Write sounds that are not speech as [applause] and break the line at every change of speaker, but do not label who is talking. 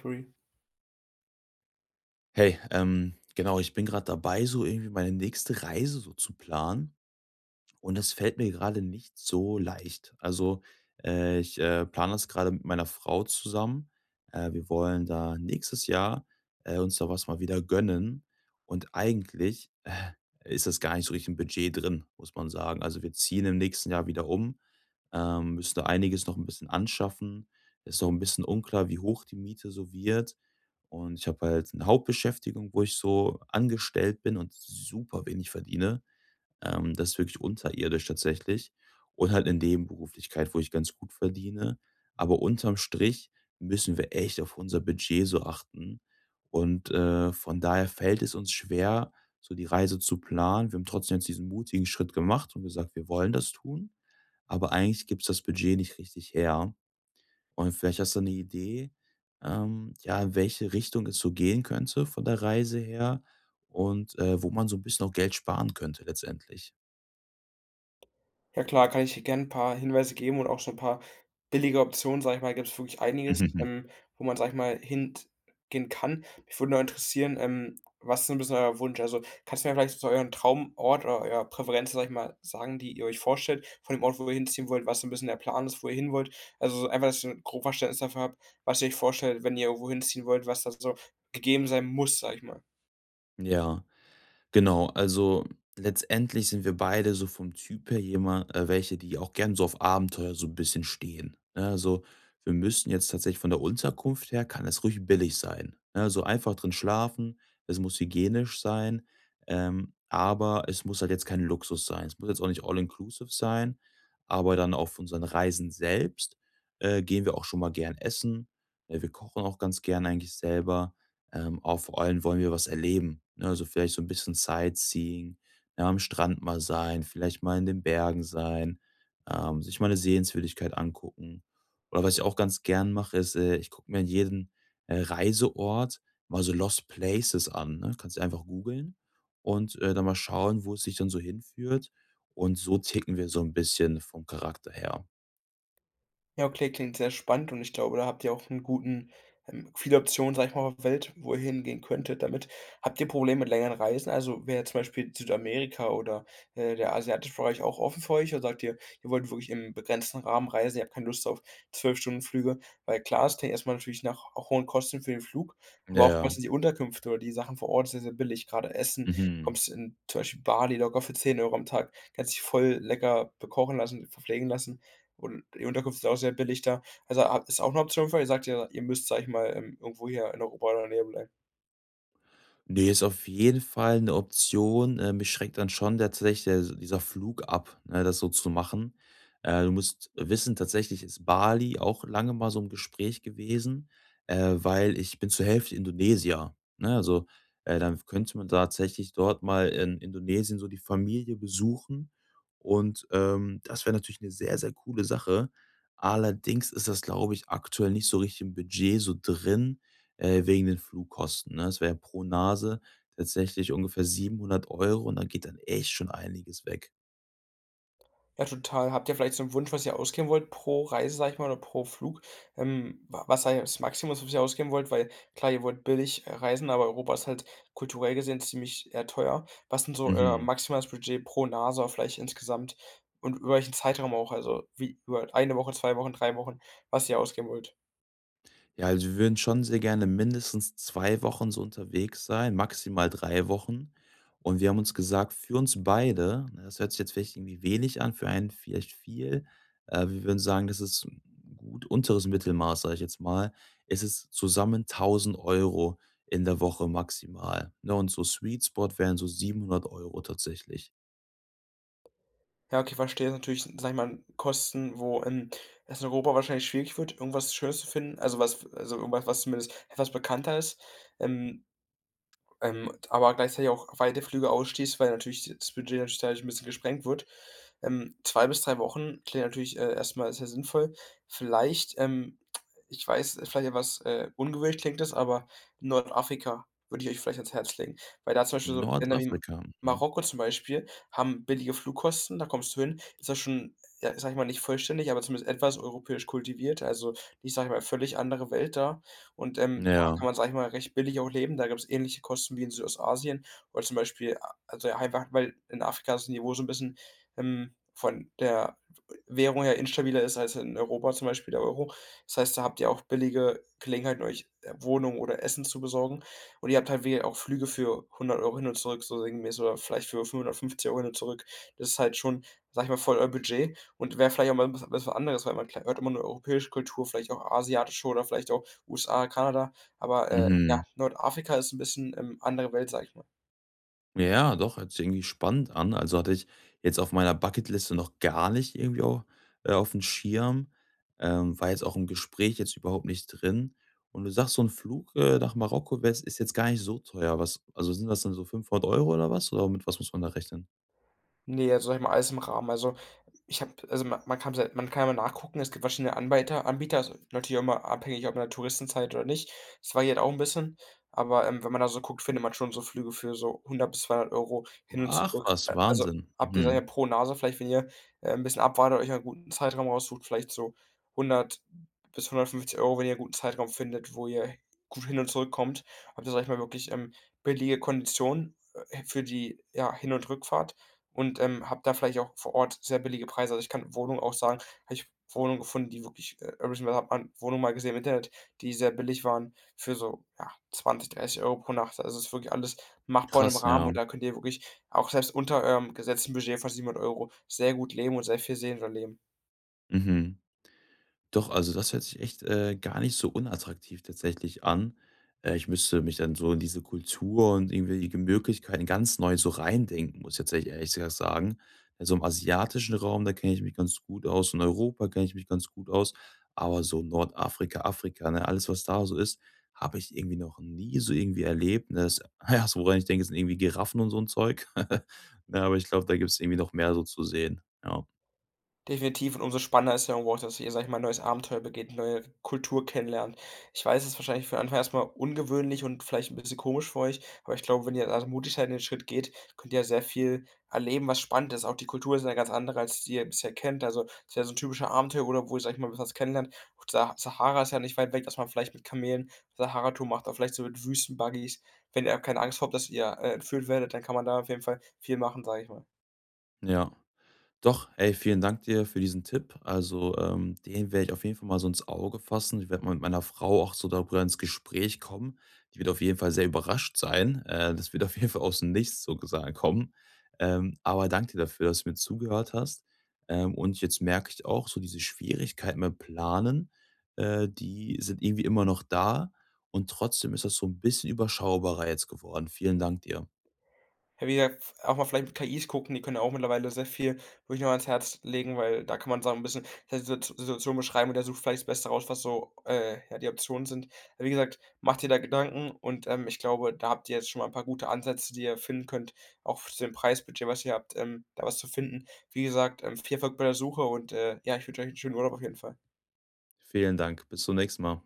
Curry.
Hey, genau, ich bin gerade dabei, so irgendwie meine nächste Reise so zu planen. Und das fällt mir gerade nicht so leicht. Also, plane das gerade mit meiner Frau zusammen. Wir wollen da nächstes Jahr, uns da was mal wieder gönnen. Und eigentlich ist das gar nicht so richtig im Budget drin, muss man sagen. Also, wir ziehen im nächsten Jahr wieder um, müssen da einiges noch ein bisschen anschaffen. Es ist noch ein bisschen unklar, wie hoch die Miete so wird. Und ich habe halt eine Hauptbeschäftigung, wo ich so angestellt bin und super wenig verdiene. Das ist wirklich unterirdisch, tatsächlich, und halt in Nebenberuflichkeit, wo ich ganz gut verdiene. Aber unterm Strich müssen wir echt auf unser Budget so achten. Und von daher fällt es uns schwer, so die Reise zu planen. Wir haben trotzdem jetzt diesen mutigen Schritt gemacht und gesagt, wir wollen das tun. Aber eigentlich gibt es das Budget nicht richtig her. Und vielleicht hast du eine Idee, ja, in welche Richtung es so gehen könnte von der Reise her und wo man so ein bisschen auch Geld sparen könnte letztendlich.
Ja klar, kann ich dir gern 'n paar Hinweise geben und auch so 'n paar billige Optionen, sage ich mal, gibt's wirklich einiges,
Mhm, mhm.
wo man, sage ich mal, hingehen kann. Mich würde nur interessieren, was ist so 'n bisschen euer Wunsch? Also, kannst du mir vielleicht so euren Traumort oder euer Präferenz, sage ich mal, sagen, die ihr euch vorstellt von dem Ort, wo ihr hinziehen wollt, was so 'n bisschen der Plan ist, wo ihr hin wollt? Also, so einfach, dass ich so 'n grob Verständnis dafür habe, was ihr euch vorstellt, wenn ihr irgendwo hinziehen wollt, was da so gegeben sein muss, sage ich mal.
Ja, genau. Also letztendlich sind wir beide so vom Typ her jemand, welche, die auch gern so auf Abenteuer so 'n bisschen stehen, ne? Also, wir müssen jetzt tatsächlich von der Unterkunft her, kann es ruhig billig sein, ne? Also, einfach drin schlafen, es muss hygienisch sein, aber es muss halt jetzt kein Luxus sein. Es muss jetzt auch nicht all inclusive sein, aber dann auf unseren Reisen selbst, gehen wir auch schon mal gern essen. Wir kochen auch ganz gern eigentlich selber. Auch vor allem wollen wir was erleben, ne? Also, vielleicht so ein bisschen Sightseeing, ja, am Strand mal sein, vielleicht mal in den Bergen sein, sich mal eine Sehenswürdigkeit angucken. Oder was ich auch ganz gern mache, ist, ich gucke mir an jeden, Reiseort mal so Lost Places an, ne? Kannst du einfach googeln und, dann mal schauen, wo es sich dann so hinführt. Und so ticken wir so ein bisschen vom Charakter her.
Ja, okay, klingt sehr spannend und ich glaube, da habt ihr auch einen guten viele Optionen, sage ich mal, auf der Welt, wo ihr hingehen könntet damit. Habt ihr Probleme mit längeren Reisen? Also, wäre zum Beispiel Südamerika oder, der asiatische Bereich auch offen für euch? Oder sagt ihr, ihr wollt wirklich im begrenzten Rahmen reisen, ihr habt keine Lust auf zwölf stunden flüge? Weil klar, es klingt erstmal natürlich nach auch hohen Kosten für den Flug, aber oftmals
Ja,
sind die Unterkünfte oder die Sachen vor Ort sehr, sehr billig. Gerade Essen
mhm.
kommst in zum Beispiel Bali locker für 10 Euro am Tag, kannst dich voll lecker bekochen lassen, verpflegen lassen. Und die Unterkunft ist auch sehr billig da. Also, ha ist auch 'ne Option für euch? Ihr sagt ja, ihr müsst, sage ich mal, irgendwo hier in Europa oder in der Nähe bleiben.
Ne, ist auf jeden Fall 'ne Option. Mich schreckt dann schon tatsächlich der, so dieser Flug ab, ne, das so zu machen. Du musst wissen, tatsächlich ist Bali auch lange mal so 'n Gespräch gewesen, weil ich bin zur Hälfte Indonesier, ne? Also, dann könnte man tatsächlich dort mal in Indonesien so die Familie besuchen und, das wäre natürlich 'ne sehr, sehr coole Sache. Allerdings ist das, glaube ich, aktuell nicht so richtig im Budget so drin, wegen den Flugkosten, ne? Das wäre pro Nase tatsächlich ungefähr 700 Euro und da geht dann echt schon einiges weg.
Ja, total. Habt ihr vielleicht so einen Wunsch, was ihr ausgeben wollt pro Reise, sage ich mal, oder pro Flug? Wa was sei das Maximum, was ihr ausgeben wollt? Weil klar, ihr wollt billig, reisen, aber Europa ist halt kulturell gesehen ziemlich, teuer. Was ist so euer
Mhm.
maximales Budget pro Nase vielleicht insgesamt und über welchen Zeitraum auch? Also, wie über eine Woche, 2 Wochen, 3 Wochen, was ihr ausgeben wollt?
Ja, also wir würden schon sehr gerne mindestens 2 Wochen so unterwegs sein, maximal 3 Wochen. Und wir haben uns gesagt, für uns beide, ne, das hört sich jetzt vielleicht irgendwie wenig an, für einen vielleicht viel, wir würden sagen, das ist gut unteres Mittelmaß, sage ich jetzt mal. Es ist zusammen 1.000 Euro in der Woche maximal, ne? Und so Sweet Spot wären so 700 Euro tatsächlich.
Ja, okay, verstehe. Ist natürlich, sage ich mal, Kosten, wo, es in Europa wahrscheinlich schwierig wird, irgendwas Schönes zu finden. Also was also irgendwas, was zumindest etwas bekannter ist. Ähm aber gleichzeitig auch weite Flüge ausschließt, weil natürlich das Budget natürlich dadurch ein bisschen gesprengt wird. 2 bis 3 Wochen klingt natürlich, erst sehr sinnvoll. Vielleicht, ich weiß, vielleicht etwas, ungewöhnlich klingt das, aber Nordafrika würde ich euch vielleicht ans Herz legen, weil da zum Beispiel so Länder wie
Nordafrika, mhm.
Marokko zum Beispiel haben billige Flugkosten, da kommst du hin, ist das schon, ja, sage ich mal, nicht vollständig, aber zumindest etwas europäisch kultiviert, also nicht, sage ich mal, völlig andere Welt da und
Ja,
kann man, sage ich mal, recht billig auch leben. Da gibt's ähnliche Kosten wie in Südostasien oder zum Beispiel a also, ja, einfach, weil in Afrika das Niveau so ein bisschen, von der Währung her instabiler ist als in Europa zum Beispiel der Euro. Das heißt, da habt ihr auch billige Gelegenheiten, euch, Wohnung oder Essen zu besorgen. Und ihr habt halt wie auch Flüge für 100 Euro hin und zurück, so sinngemäß oder vielleicht für 550 Euro hin und zurück. Das ist halt schon, sag ich mal, voll euer Budget und wäre vielleicht auch mal was anderes, weil man kl hört immer nur europäische Kultur, vielleicht auch asiatische oder vielleicht auch USA, Kanada. Aber,
mhm.
ja, Nordafrika ist so ein bisschen, andere Welt, sage ich mal.
Ja, ja, doch, hört sich irgendwie spannend an. Also, hatte ich jetzt auf meiner Bucketliste noch gar nicht irgendwie auch aufm Schirm, war jetzt auch im Gespräch jetzt überhaupt nicht drin. Und du sagst, so ein Flug, nach Marokko wär's, ist jetzt gar nicht so teuer. Was, also, sind das dann so 500 Euro oder was? Oder mit was muss man da rechnen?
Ne, also, sage ich mal, alles im Rahmen. Also, ich habe also, ma man kann's halt man kann ja mal nachgucken, es gibt verschiedene Anbieter, ist natürlich auch immer abhängig, ob in der Touristenzeit oder nicht. Es variiert auch 'n bisschen, aber, wenn man da so guckt, findet man schon so Flüge für so 100 bis 200 Euro hin und
Ach
zurück.
was,
Also,
Wahnsinn.
habt ihr, sage ich
Mhm.
mal, pro Nase vielleicht, wenn ihr, 'n bisschen abwartet, euch 'nen guten Zeitraum raussucht, vielleicht so 100 bis 150 Euro, wenn ihr 'n guten Zeitraum findet, wo ihr gut hin und zurückkommt. Habt ihr, sage ich mal, wirklich, billige Konditionen, für die, ja, Hin und Rückfahrt. Und, habe da vielleicht auch vor Ort sehr billige Preise. Also, ich kann Wohnung auch sagen habe ich Wohnungen gefunden, die wirklich habe man Wohnungen mal gesehen im Internet, die sehr billig waren für so, ja, 20, 30 Euro pro Nacht. Also, es ist wirklich alles machbar in 'nem
Krass,
Rahmen
ja.
und da könnt ihr wirklich auch selbst unter eurem gesetzten Budget von 700 Euro sehr gut leben und sehr viel sehen und erleben.
Mhm. Doch, also das hört sich echt, gar nicht so unattraktiv tatsächlich an. Ich müsste mich dann so in diese Kultur und irgendwelche Möglichkeiten ganz neu so reindenken, muss ich tatsächlich ehrlich gesagt sagen. Also im asiatischen Raum, da kenne ich mich ganz gut aus, in Europa kenne ich mich ganz gut aus, aber so Nordafrika, Afrika, ne, alles, was da so ist, habe ich irgendwie noch nie so irgendwie erlebt. Ne, das [laughs] Erste, woran ich denke, sind irgendwie Giraffen und so ein Zeug. [laughs] Ne, aber ich glaube, da gibt's irgendwie noch mehr so zu sehen. Ja,
Definitiv und umso spannender ist ja irgendwo auch, dass ihr, sage ich mal, 'n neues Abenteuer begeht, neue Kultur kennenlernt. Ich weiß, es ist wahrscheinlich für Anfang erstmal ungewöhnlich und vielleicht ein bisschen komisch für euch, aber ich glaube, wenn ihr da mutig seid und den Schritt geht, könnt ihr ja sehr viel erleben, was spannend ist. Auch die Kultur ist ja 'ne ganz andere, als die ihr bisher kennt. Also, es ist ja so ein typischer Abenteuerurlaub, wo ihr, sage ich mal, was kennenlernt. Auch Sa Sahara ist ja nicht weit weg, dass man vielleicht mit Kamelen Sahara-Tour macht oder vielleicht so mit Wüstenbuggies. Wenn ihr keine Angst habt, dass ihr, entführt werdet, dann kann man da auf jeden Fall viel machen, sage ich mal.
ja. Doch, ey, vielen Dank dir für diesen Tipp. Also, den werde ich auf jeden Fall mal so ins Auge fassen. Ich werde mal mit meiner Frau auch so darüber ins Gespräch kommen. Die wird auf jeden Fall sehr überrascht sein. Das wird auf jeden Fall aus dem Nichts so gesagt kommen. Aber danke dir dafür, dass du mir zugehört hast. Und jetzt merke ich auch, so diese Schwierigkeiten beim Planen, die sind irgendwie immer noch da. Und trotzdem ist das so ein bisschen überschaubarer jetzt geworden. Vielen Dank dir.
Ja, wie gesagt, auch mal vielleicht mit KIs gucken, die können ja auch mittlerweile sehr viel, würde ich noch ans Herz legen, weil da kann man so ein bisschen seine Situation beschreiben und der sucht vielleicht das Beste raus, was so, ja, die Optionen sind. Wie gesagt, macht dir da Gedanken und, ich glaube, da habt ihr jetzt schon mal ein paar gute Ansätze, die ihr finden könnt, auch zu dem Preisbudget, was ihr habt, da was zu finden. Wie gesagt, viel Erfolg bei der Suche und, ja, ich wünsche euch einen schönen Urlaub auf jeden Fall.
Vielen Dank. Bis zum nächsten Mal.